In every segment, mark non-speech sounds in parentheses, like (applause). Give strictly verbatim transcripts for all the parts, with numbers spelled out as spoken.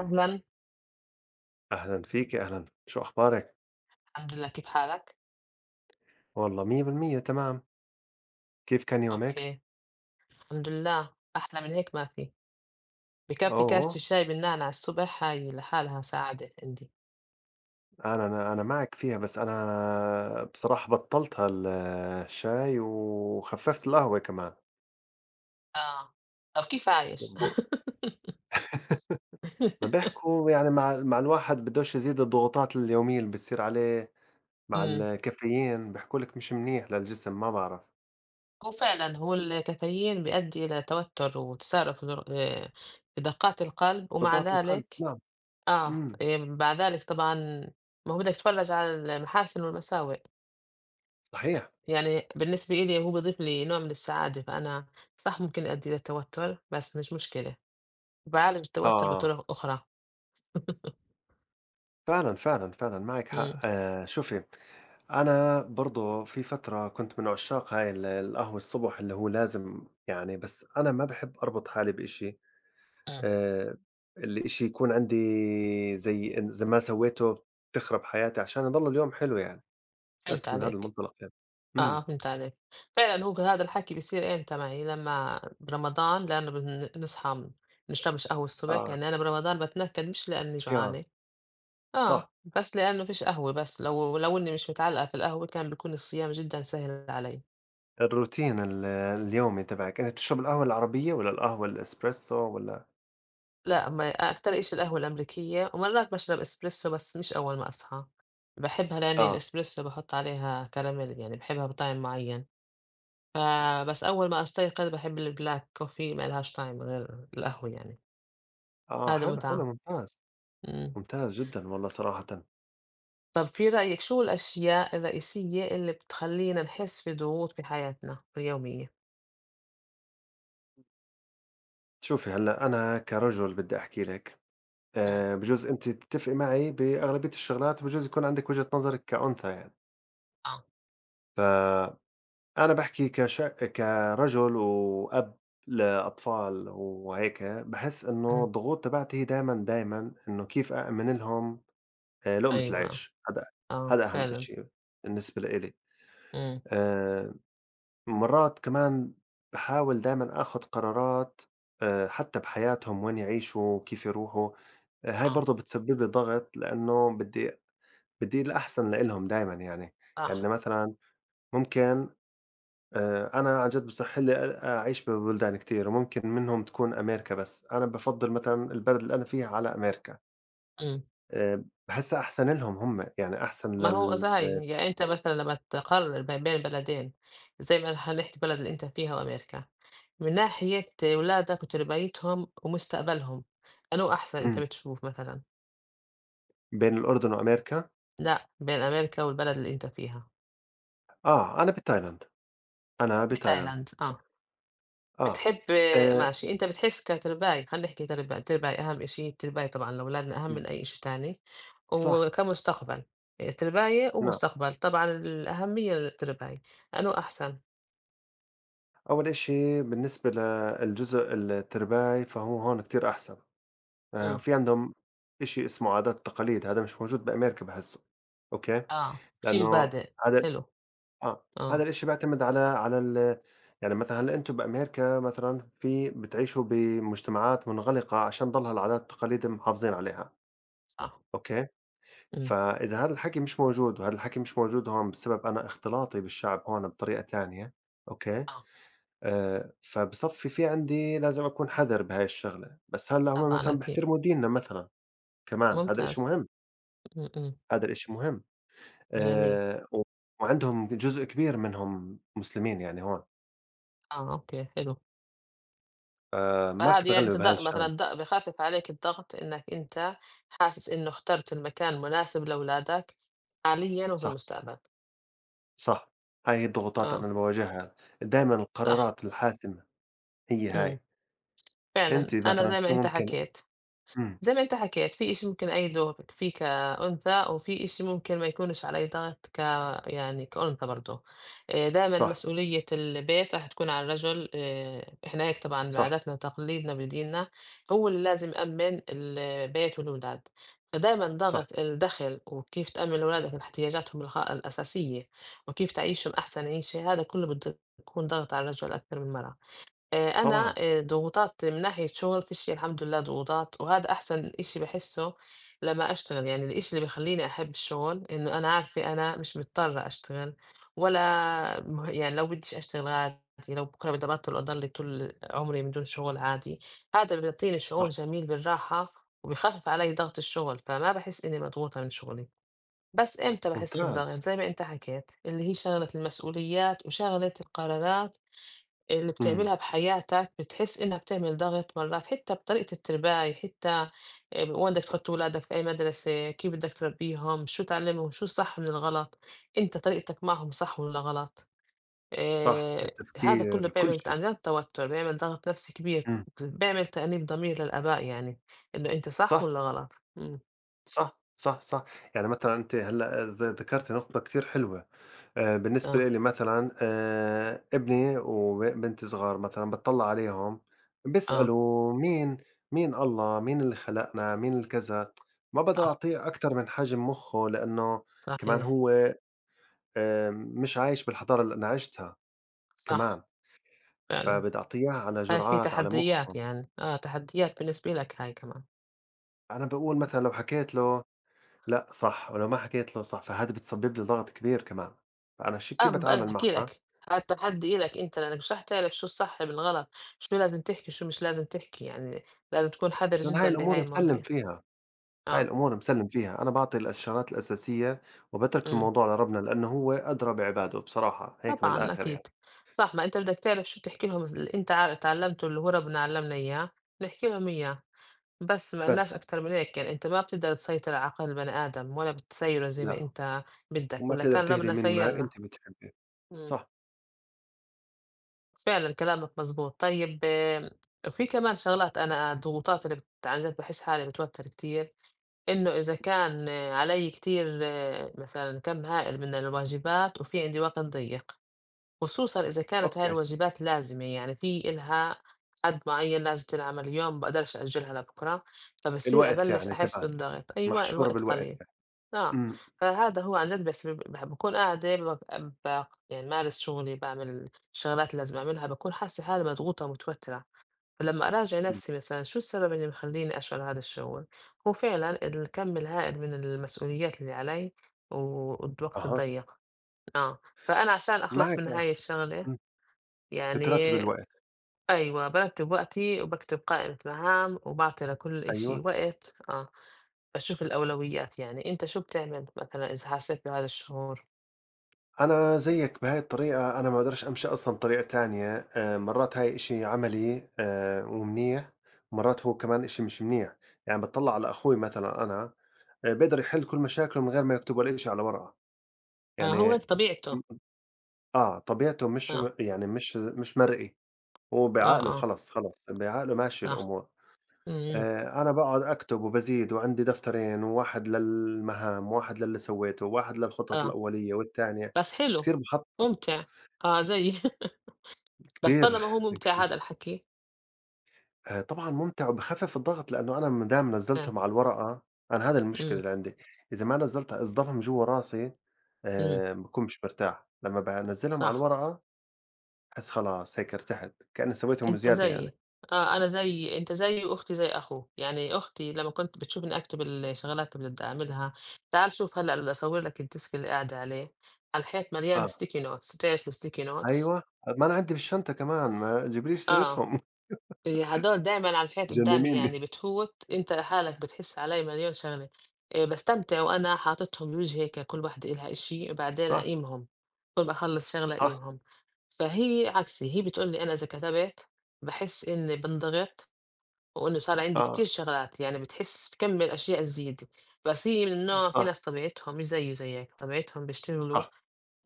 أهلًا، أهلًا فيكِ، أهلًا، شو أخبارِك؟ الحمد لله كيف حالك؟ والله مية بالمية تمام، كيف كان يومِك؟ أوكي، الحمد لله، أحلى من هيك ما في، بكفّي أوه! كاسة الشاي بالنعناع على الصبح هاي لحالها سعادة عندي، أنا أنا أنا معك فيها، بس أنا بصراحة بطّلت هال الشاي وخفّفت القهوة كمان، آه، طَب كيف عايش؟ ب (laughs) (laughs) ما بيحكوا يعني مع مع الواحد بدوش يزيد الضغوطات اليومية اللي بتصير عليه مع إمم، الكافيين، بيحكوا لِك مش منيح للجسم، ما بعرف، هو فعلًا هو الكافيين بيؤدي إلى توتر وتسارع في در آآ، في دقات القلب ومع ضغط القلب، ذلك نعم، آه، إمم، آآ، مع ذلك طبعًا ما هو بدك تتفرّج على المحاسن والمساوئ، صحيح، يعني بالنسبة إلي هو بيضيف لي نوع من السعادة، فأنا صح ممكن يؤدي إلى توتر بس مش مشكلة. وبيعالج التوتر آه، بطرق أخرى، فعلًا، فعلًا، فعلًا معِك حق، إمم، آآ شوفي، أنا برضه في فترة كنت من عشاق هاي ال القهوة الصبح اللي هو لازم يعني، بس أنا ما باحب أربط حالي بإشي، إمم، آآ الإشي يكون عندي زي إن إذا ما سويته بتخرب حياتي عشان يضل اليوم حلو يعني، فهمت بس من هذا عليك، المنطلق يعني. آه، آه، إمم، فهمت عليك، فعلًا هو هذا الحكي بيصير إمتى معي؟ لمّا برمضان لأنه بن نصحى ما بنشربش قهوة الصبح، آه، يعني أنا برمضان باتنكد مش لإني صيام، جوعانة، صح، آه، بس لإنه فيش قهوة بس لو لو إني مش متعلقة في القهوة كان بيكون الصيام جدًا سهل علي، الروتين ال اليومي تبعِك، أنتِ بتشربي القهوة العربية والّا القهوة الإسبريسو والّا لأ ما أكتر إشي القهوة الأمريكية ومرات باشرب إسبريسو بس مش أول ما أصحى، باحبها لإني آه، الإسبريسو باحط عليها كراميل يعني باحبها بطعم معين. فبس أول ما أستيقظ باحب الblack coffee ما لهاش طعم غير القهوة يعني، آه هذا حلو، حلو متعة. ممتاز، إمم. ممتاز جدًا والله صراحةً. طب في رأيك شو الأشياء الرئيسية اللي بتخلّينا نحس بضغوط في حياتنا اليومية؟ شوفي، هلّأ أنا كرجل بدي أحكي لِك، إمم. آآ بجوز أنتِ تتّفقي معي بأغلبية الشغلات، وبجوز يكون عندِك وجهة نظرِك كأنثى يعني، آه. فأنا باحكي كش كرجل وأب لأطفال وهيك، باحس إنه إمم. الضغوط تبعتي هي دايمًا، دايمًا إنه كيف أأمن لهم آآ لقمة أيوه. العيش، هذا آه، هذا أهم فعلًا. إشي بالنسبة لإلي، إمم. آآ مرات كمان باحاول دايمًا آخُد قرارات آآ حتى بحياتهم وين يعيشوا، كيف يروحوا، آه، هاي آه، برضه بتسبب لي ضغط لإنه بدي بدّي الأحسن لإلهم دايمًا يعني، يعني صح. مثلًا ممكن آآ أنا عن جد بصح لي أ أعيش ببلدان كتير وممكن منهم تكون أمريكا، بس أنا بافضّل مثلًا البلد اللي أنا فيها على أمريكا، إمم. آآ باحسّها أحسن إلهم هم، يعني أحسن ما هو لل إذا هاي يعني أنت مثلًا لمّا تقرر ما بين بلدين زي ما حنحكي البلد اللي أنت فيها وأمريكا، من ناحية ولادك وتربيتهم ومستقبلهم، أنو أحسن أنت إمم، بتشوف مثلًا؟ بين الأردن وأمريكا، لأ، بين أمريكا والبلد اللي أنت فيها، آه، أنا بتايلاند، أنا بتايلاند، بتايلاند، آه. آه، بتحب آآ ماشي، أنت بتحس كترباية خلّينا نحكي ترباية، الترباية أهم إشي، الترباية طبعًا لأولادنا أهم إمم، من أي إشي تاني، صح، وكمستقبل، يعني ترباية نعم، ومستقبل، طبعًا الأهمية للترباية، أنو أحسن؟ أول إشي بالنسبة للجزء الترباي فهو هون كتير أحسن. آآ إمم، في عندهم شيء اسمه عادات وتقاليد، هذا مش موجود بأمريكا باحسّه، أوكي، آه، في لأنه مبادئ، هذا حلو، آه، هذا آه، الشيء بيعتمد على على ال، يعني مثلًا هلأ أنتم بأمريكا مثلًا في بتعيشوا بمجتمعات منغلقة عشان ضل هالعادات والتقاليد محافظين عليها، صح، أوكي، إمم، فإذا هذا الحكي مش موجود وهذا الحكي مش موجود هون بسبب أنا اختلاطي بالشعب هون بطريقة تانية، أوكي، آه، آآ فبصفّي في عندي لازم أكون حذر بهاي الشغلة، بس هلأ هُم طبعًا مثلًا أكيد، بيحترموا ديننا مثلًا كمان، هذا إشي ممتاز، مهم. إمم، إمم، هذا الإشي مهم، جميل، آآ، و وعندهم جزء كبير منهم مسلمين يعني هون، آه، أوكي، حلو. فما فعادي يعني أنت بتتغلّب بهاي الض مثلًا الشغلة، الض بيخفف عليك الضغط إنّك أنت حاسس إنه اخترت المكان مناسب لولادك حاليًا وفي صح، المستقبل. صح، هاي هي الضغوطات أنا آه، اللي باواجهها، دايمًا صح، القرارات الحاسمة هي هاي، إمم، فعلًا أنتِ أنا مثلًا زي ما شو أنت ممكن، حكيت. إمم، زي ما أنت حكيت، في إشي ممكن أيده فيه كأنثى وفي إشي ممكن ما يكونش عليه ضغط ك يعني كأنثى برضه، آآ دايمًا صح، مسؤولية البيت راح تكون على الرجل، آآ إحنا هيك طبعًا صح، بعاداتنا وتقاليدنا بديننا هو اللي لازم يأمّن البيت والولاد، فدايمًا صح، ضغط الدخل وكيف تأمّن لولادك احتياجاتهم الغ الأساسية وكيف تعيشهم أحسن عيشة، هذا كله بده يكون ضغط على الرجل أكتر من المرأة. آآ أنا طبعًا، آآ ضغوطات من ناحية شغل فيش الحمد لله ضغوطات، وهذا أحسن إشي باحسه لمّا أشتغل، يعني الإشي اللي بيخلّيني أحب الشغل إنه أنا عارفة أنا مش مضطرة أشتغل ولا مه يعني لو بديش أشتغل عادي، لو بكرة بدي أبطّل أضلّي طول عمري من دون شغل عادي، هذا بيعطيني صح، شعور جميل بالراحة وبيخفف علي ضغط الشغل، فما باحس إني مضغوطة من شغلي. بس إمتى باحس ممتاز، بالضغط؟ زي ما أنت حكيت، اللي هي شغلة المسؤوليات وشغلة القرارات اللي إمم، بتعملها بحياتك بتحس إنك بتعمل ضغط مرات حتى بطريقة الترباية حتى آه، وين بدك تحط ولادك في أي مدرسة كيف بدك تربيهم شو تعلمهم شو الصح من الغلط أنت طريقتك معهم صح ولا غلط صح، آه، هذا كله التفكير كل بيعمل شي، عن جد توتر بيعمل ضغط نفسي كبير إمم، بيعمل تأنيب ضمير للآباء يعني إنه أنت صح صح، ولا غلط مم. صح، صح، صح، يعني مثلًا أنتِ هلّأ ذ ذكرتِ نقطة كتير حلوة. آآ بالنسبة آه لإلي مثلًا آآ ابني وبنتي صغار، مثلًا باتطلّع عليهم آه بيسألوا مين، مين الله، مين اللي خلقنا، مين الكذا، ما باقدر صح أعطيه أكتر من حجم مُخّه، لإنه كمان صحيح هو آآ مش عايش بالحضارة اللي أنا عِشتها كمان، صح فعلا فبدّي أعطيه إياها على هاي في جرعات على تحديات مُخّه، يعني آه تحديات بالنسبة لك هاي كمان أنا باقول مثلًا لو حكيت له لأ صح، ولو ما حكيت له صح، فهذا بتسبب لي ضغط كبير كمان، فأنا ش آه، كيف بقى باتعامل باحكي معها؟ لك، على التحدّي إلك أنت، لإنّك مش راح تعرف شو الصح بالغلط، شو لازم تحكي، شو مش لازم تحكي، يعني لازم تكون حذر بس أنا هاي جدًا الأمور بهاي مسلّم المواضيع. فيها. هاي آه، الأمور مسلّم فيها، أنا باعطي الإشارات الأساسية وباترك إمم، الموضوع لربنا، لإنه هو أدرى بعباده بصراحة، هيك من طبعًا الآخر يعني، أكيد، صح، ما أنت بدك تعرف شو تحكي لهم اللي أنت عا اتعلّمته اللي هو ربنا علّمنا إياه، نحكي لهم إياه، بس ما لناش بس أكتر من هيك، يعني أنت ما بتقدر تسيطر على عقل البني آدم ولا بتسيّره زي ما لأ، أنت بدّك، وما ولو بتقدر كان تهدي ربنا من ما سيّرنا. أنت بتحبه، إمم. صح، فعلًا كلامك مضبوط. طيب آمم، في كمان شغلات أنا آه، الضغوطات اللي بت عن جد باحس حالي باتوتر كتير، إنه إذا كان آه، علي كتير آه، مثلًا كم هائل من الواجبات وفي عندي وقت ضيّق، خصوصًا إذا كانت هاي أوكي، الواجبات لازمة، يعني في إلها حد معين لازم تنعمل اليوم، بقدرش أأجلها لبكرة، فبتصير الوقت أبلش يعني أحس تبعتها، بالضغط، أيوه محشورة الوقت بالوقت قليل. يعني، آه، إمم، فهذا هو عن جد بس ب ب باكون قاعدة بق باق يعني بامارس شغلي، باعمل الشغلات اللي لازم أعملها، باكون حاسة حالي مضغوطة ومتوترة، فلما أراجع إمم، نفسي مثلًا شو السبب اللي مخلّيني أشعل هذا الشعور؟ هو فعلًا الكم الهائل من المسؤوليات اللي علي و والوقت أها، الضيّق، آه، فأنا عشان أخلص معك من آه، هاي الشغلة إمم، بترتّب يعني الوقت، أيوه بارتّب وقتي وباكتب قائمة مهام وباعطي لكل إشي أيوه، وقت، آه، باشوف الأولويات يعني، أنت شو بتعمل مثلًا إذا حسيت بهذا الشعور؟ أنا زيّك بهاي الطريقة، أنا ما باقدرش أمشي أصلًا بطريقة تانية، آآ مرّات هاي إشي عملي آآ ومنيح، ومرّات هو كمان إشي مش منيح، يعني باتطلّع على أخوي مثلًا، أنا آآ بيقدر يحِل كل مشاكله من غير ما يكتب ولا شيء على ورقة، آه، هو هيك يعني طبيعته، م آه، طبيعته مش م آه، يعني مش مش مرئي، هو آه، بعقله آه، خلص، خلص بعقله ماشية صح، الأمور، إمم، إمم، آآ أنا باقعد أكتب وبازيد، وعندي دفترين، وواحد للمهام، وواحد للي سويته، وواحد للخطط آه، الأولية والتانية، بس حلو، كتير باخطط، ممتع، آه، زيي (laughs) بس كتير، طالما هو ممتع كتير. هذا الحكي، آآ طبعًا مُمتع وبيخفِّف الضغط، لإنه أنا ما دام آه، نزّلتهم على الورقة، أنا هذا المشكلة إمم، اللي عندي، إذا ما نزّلت إصدارهم جوّا راسي إمم، آآ باكون مش مرتاح، لمّا بانزّلهم على صح، الورقة باحس خلاص هيك ارتحت، كإنّي سويتهم أنت زيادة يعني. زيي، آه، أنا زيي أنت زيي وأختي زي أخوه، يعني أختي لمّا كنت بتشوفني أكتب الشغلات اللي بدي أعملها، تعال شوف هلأ بدي أصور لك الديسك اللي قاعدة عليه، على الحيط مليان آه، sticky notes بتعرف الsticky notes؟ أيوه، ما أنا عندي بالشنطة كمان، ما تجيبليش آه. سيرتهم (laughs) إيه هدول دايمًا على الحيط قدّامي مجنّنينّي. يعني بتفوت، أنت لحالك بتحس علي مليون شغلة، آآ باستمتع وأنا حاططهم بوجهي هيك كل واحدة إلها إشي، بعدين صح، أقيمهم، كل ما أخلّص شغلة صح، أقيمهم، فهي عكسي، هي بتقول لي أنا إذا كتبت باحس إني بانضغط وإنه صار عندي آه، كتير شغلات، يعني بتحس بكمّل أشياء تزيد، بس هي من نوع في صح، ناس طبيعتهم مش زيي وزيك، طبيعتهم بيشتغلوا صح،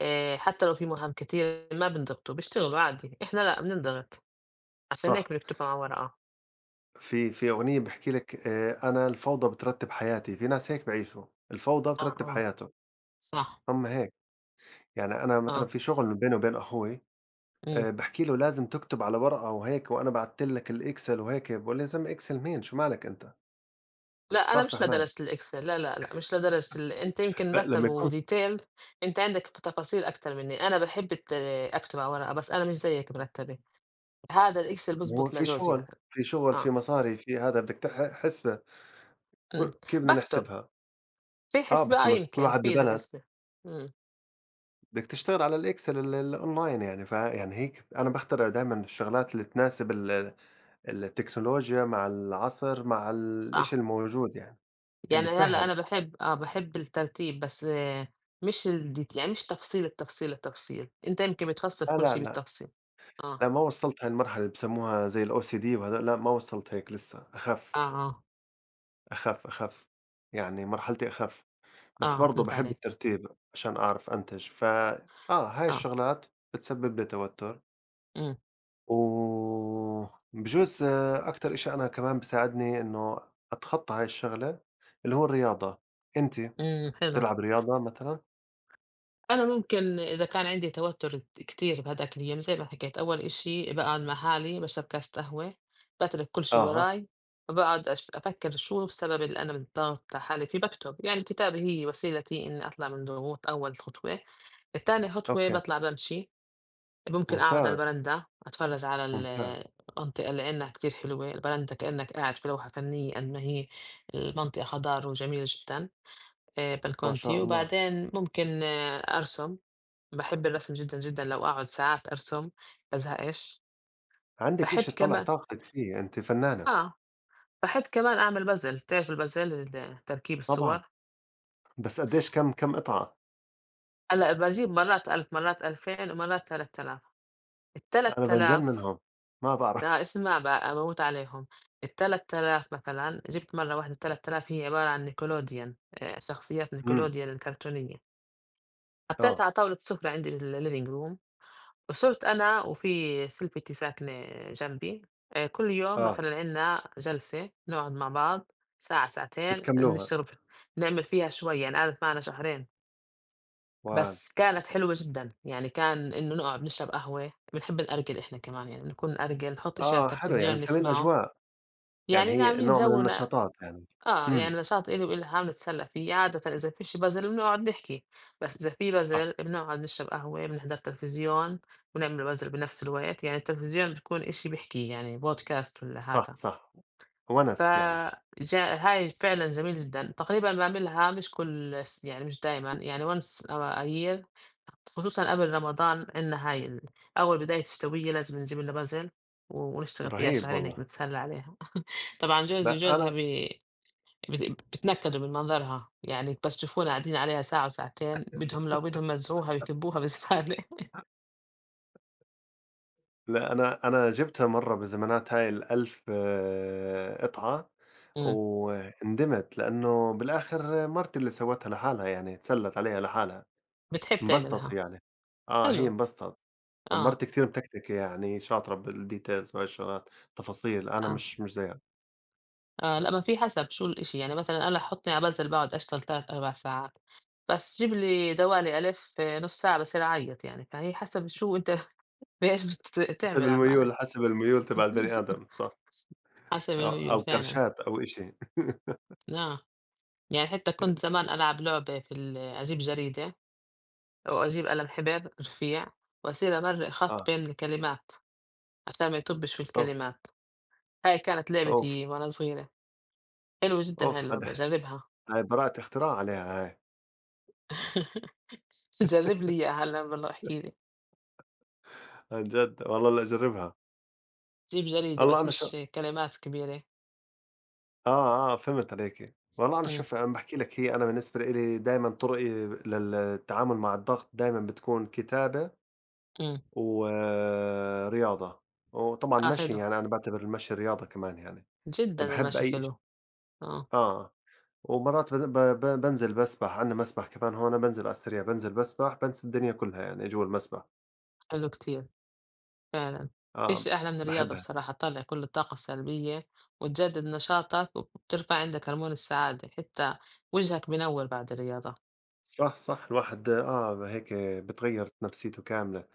آآ حتى لو في مهام كتير ما بينضغطوا، بيشتغلوا عادي، إحنا لأ بننضغط، عشان صح. هيك بنكتبها على ورقة. في في أغنية بتحكي لك، آآ أنا الفوضى بترتّب حياتي، في ناس هيك بيعيشوا، الفوضى آه، بترتّب آه. حياته، صح، هم هيك. يعني أنا مثلًا آه، في شغل بيني وبين أخوي، إمم. آآ باحكي له لازم تكتب على ورقة وهيك، وأنا بعتّ لك الإكسل وهيك، بيقول لي: "يا زلمة إكسل مين؟ شو مالك أنت؟ لأ أنا مش صحصح معي." لدرجة الExcel لا، لا، لأ، مش لدرجة ال أنت يمكن لأ، رتّب لمّا يكون ف وdetail أنت عندك في تفاصيل أكتر منّي، أنا باحب الت أكتب على ورقة، بس أنا مش زيِّك مرتّبة، هذا الExcel ما هو بيضبط في لجوزي شغل، مثلًا، في شغل، في آه، مصاري، في هذا بدك تح حسبة، إمم، كل كيف بدنا باكتب، نحسبها؟ في آه، بس حسبة آه لمّا يكون كل يمكن، واحد في إذا ببلد حسبة، إمم، بدك تشتغل على الإكسل ال ال- الأونلاين يعني، فيعني هيك أنا باخترع دايمًا الشغلات اللي تناسب ال التكنولوجيا مع العصر مع الإشي صح، الموجود يعني، اللي يعني هلّأ تسهّل. أنا باحب آه، باحب الترتيب بس آه، مش الdeta يعني مش تفصيل، التفصيل، التفصيل، أنت يمكن بتفصّل لا، كل لا، شي لأ. بالتفصيل، آه، لأ، ما وصّلت هالمرحلة اللي بسموها زي الOCD وهذول، لأ ما وصّلت هيك لسه، أخف، آه، آه، أخف، أخف، يعني مرحلتي أخف، بس آه، برضه فهمت باحب عليك، الترتيب عشان أعرف أنتج، ف آه هاي آه، الشغلات بتسبب لي توتر، إمم. وبجوز آه، أكتر إشي أنا كمان بيساعدني إنه أتخطى هاي الشغلة اللي هو الرياضة، أنتِ إمم، حلو. بتلعب آه. رياضة مثلًا؟ أنا ممكن إذا كان عندي توتر ت كتير بهاذاك اليوم زي ما حكيت، أول إشي باقعد مع حالي، باشرب كاسة قهوة، باترك كل شي أها، وراي، وباقعد أش أفكر شو السبب اللي أنا مضغوطة حالي فيه، باكتب، يعني الكتابة هي وسيلتي إني أطلع من ضغوط أول خطوة. تاني خطوة أوكي، باطلع بامشي، ممكن أقعد على ممتاز، البرندا أتفرج على ال ممتاز، المنطقة اللي عندنا كتير حلوة، البرندا كإنك قاعد في لوحة فنية قد ما هي المنطقة خضار وجميلة جدًا. آآ ما شاء بالكونتي، الله، وبعدين ممكن آه، أرسم، باحب الرسم جدًا، جدًا، لو أقعد ساعات أرسم بازهقش، عندِك باحب إشي تطلّع كمان طاقتِك فيه، أنتِ فنانة، آه، باحب كمان أعمل puzzle بتعرف الpuzzle ال تركيب طبعًا. الصور؟ بس قدّيش كام كام قطعة؟ هلأ باجيب مرات ألف مرات ألفين ومرات تلت تلاف أنا بانجن ال3000 منهم، ما باعرف. آه، اسمع بقى باموت عليهم، ال3000 مثلًا جبت مرة واحدة ثلاث آلاف هي عبارة عن نيكلوديان آآ شخصيات إمم، نيكلوديان الكرتونية، حطيتها آه، على طاولة سفرة عندي بال living room صرت أنا وفي سلفتي ساكنة جنبي آه، كل يوم آه، مثلا عنا جلسة نقعد مع بعض ساعة ساعتين بتكملوها. نشتغل في- نعمل فيها شوي يعني قعدت معنا شهرين وال بس كانت حلوة جدا يعني كان إنه نقعد نشرب قهوة بنحب نأرجل إحنا كمان يعني بنكون نأرجل نحط إشي على آه حلو، يعني التلفزيون مسميين نسمعه أجواء، يعني يعني هي عاملين نوع من جو النشاطات يعني. آه، يعني إمم، نشاط إلي وإلها هاو نتسلّى فيه، عادةً إذا فيش بَذَل بنقعد نحكي، بس إذا في صح، بَذَل بنقعد نشرب قهوة، بنحضر تلفزيون، ونعمل بَذَل بنفس الوقت، يعني التلفزيون بتكون إشي بيحكي يعني بودكاست ولا صح، هذا، صح. ف وَنَس يعني، ج هاي فعلًا جميل جدًا، تقريبًا باعملها مش كل س يعني مش دايمًا، يعني once a year خصوصًا قبل رمضان عندنا هاي ال أول بداية الشتوية لازم نجيب لنا بَذَل، ونشتغل فيها رهيب شهرين هيك والله. نتسلى عليها. (laughs) طبعًا جوزي لأ أنا وجوزها بي بت بيتنكدوا من منظرها، يعني بس يشوفونا قاعدين عليها ساعة وساعتين بدهم لو بدهم يمزحوها ويكبوها بالزبالة لأ أنا أنا جِبتها مرّة بزمانات، هاي الألف قطعة، (laughs) إمم، وندمت لإنه بالآخر مرتي اللي سوتها لحالها يعني، اتسلّت عليها لحالها. بتحب انبسطت هي تعملها، يعني، آه هي حلو، انبسطت، آه، مرتي كتير متكتكة يعني، شاطرة بالdetails وهاي الشغلات، تفاصيل، أنا آه، مش مش زيها، آه، لأ ما في حسب شو الإشي، يعني مثلًا أنا حُطّني على بانزل باقعد أشتغل ثلاث، أربع ساعات، بس جيب لي دوالي ألِف آه، نُص ساعة باصير أعيّط يعني، فهي حسب شو أنت (laughs) بإيش بت حسب تعمل الميول، عمّالك حسب الميول تبع البني (laughs) آدم صح، حسب أو الميول أو فعلًا، كرشات أو إشي آه، يعني حتى كنت (laughs) زمان ألعب لعبة في ال أجيب جريدة وأجيب قلم حبر رفيع وأصير أمرّق خط آه، بين الكلمات عشان ما يطبش في أوف، الكلمات، هاي كانت أوف، لعبتي وأنا صغيرة، حلوة جدًا هاي أوف هاد اللعبة جرّبها هاي براءة اختراع عليها هاي، (laughs) جرّب لي إياها هلّأ بالله واحكِ لي، عن جد والله هلأ أجربها، جيب جريدة والله بس أنا شو، مش كلمات كبيرة، آه، آه فهمت عليكِ، والله أنا إمم، شوفي عم باحكي لِك، هي أنا بالنسبة إلي دايمًا طرقي للتعامل مع الضغط دايمًا بتكون كتابة إمم، ورياضة، وطبعًا آه مشي، حلو، يعني أنا باعتبر المشي رياضة كمان يعني، جدًا باحب المشي أي ش حلو، آه، آه، ومرات بن ب ب بانزل باسبح، عندنا مسبح كمان هون، بانزل على السريع، بانزل باسبح، بانسى الدنيا كلها يعني جوا المسبح، حلو كتير فعلًا، ما آه، فيش أحلى من الرياضة باحبها. بصراحة تطلّع كل الطاقة السلبية وتجدد نشاطك وبترفع عندك هرمون السعادة، حتى وجهك بينوّر بعد الرياضة، صح، صح، الواحد آه هيك بتغيّر نفسيته كاملة،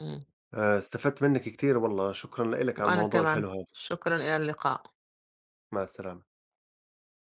إمم. آآ، استفدت منِّك كتير والله، شكرًا لإلك على وأنا الموضوع كمان الحلو هذا، شكرا إلى اللقاء مع السلامة.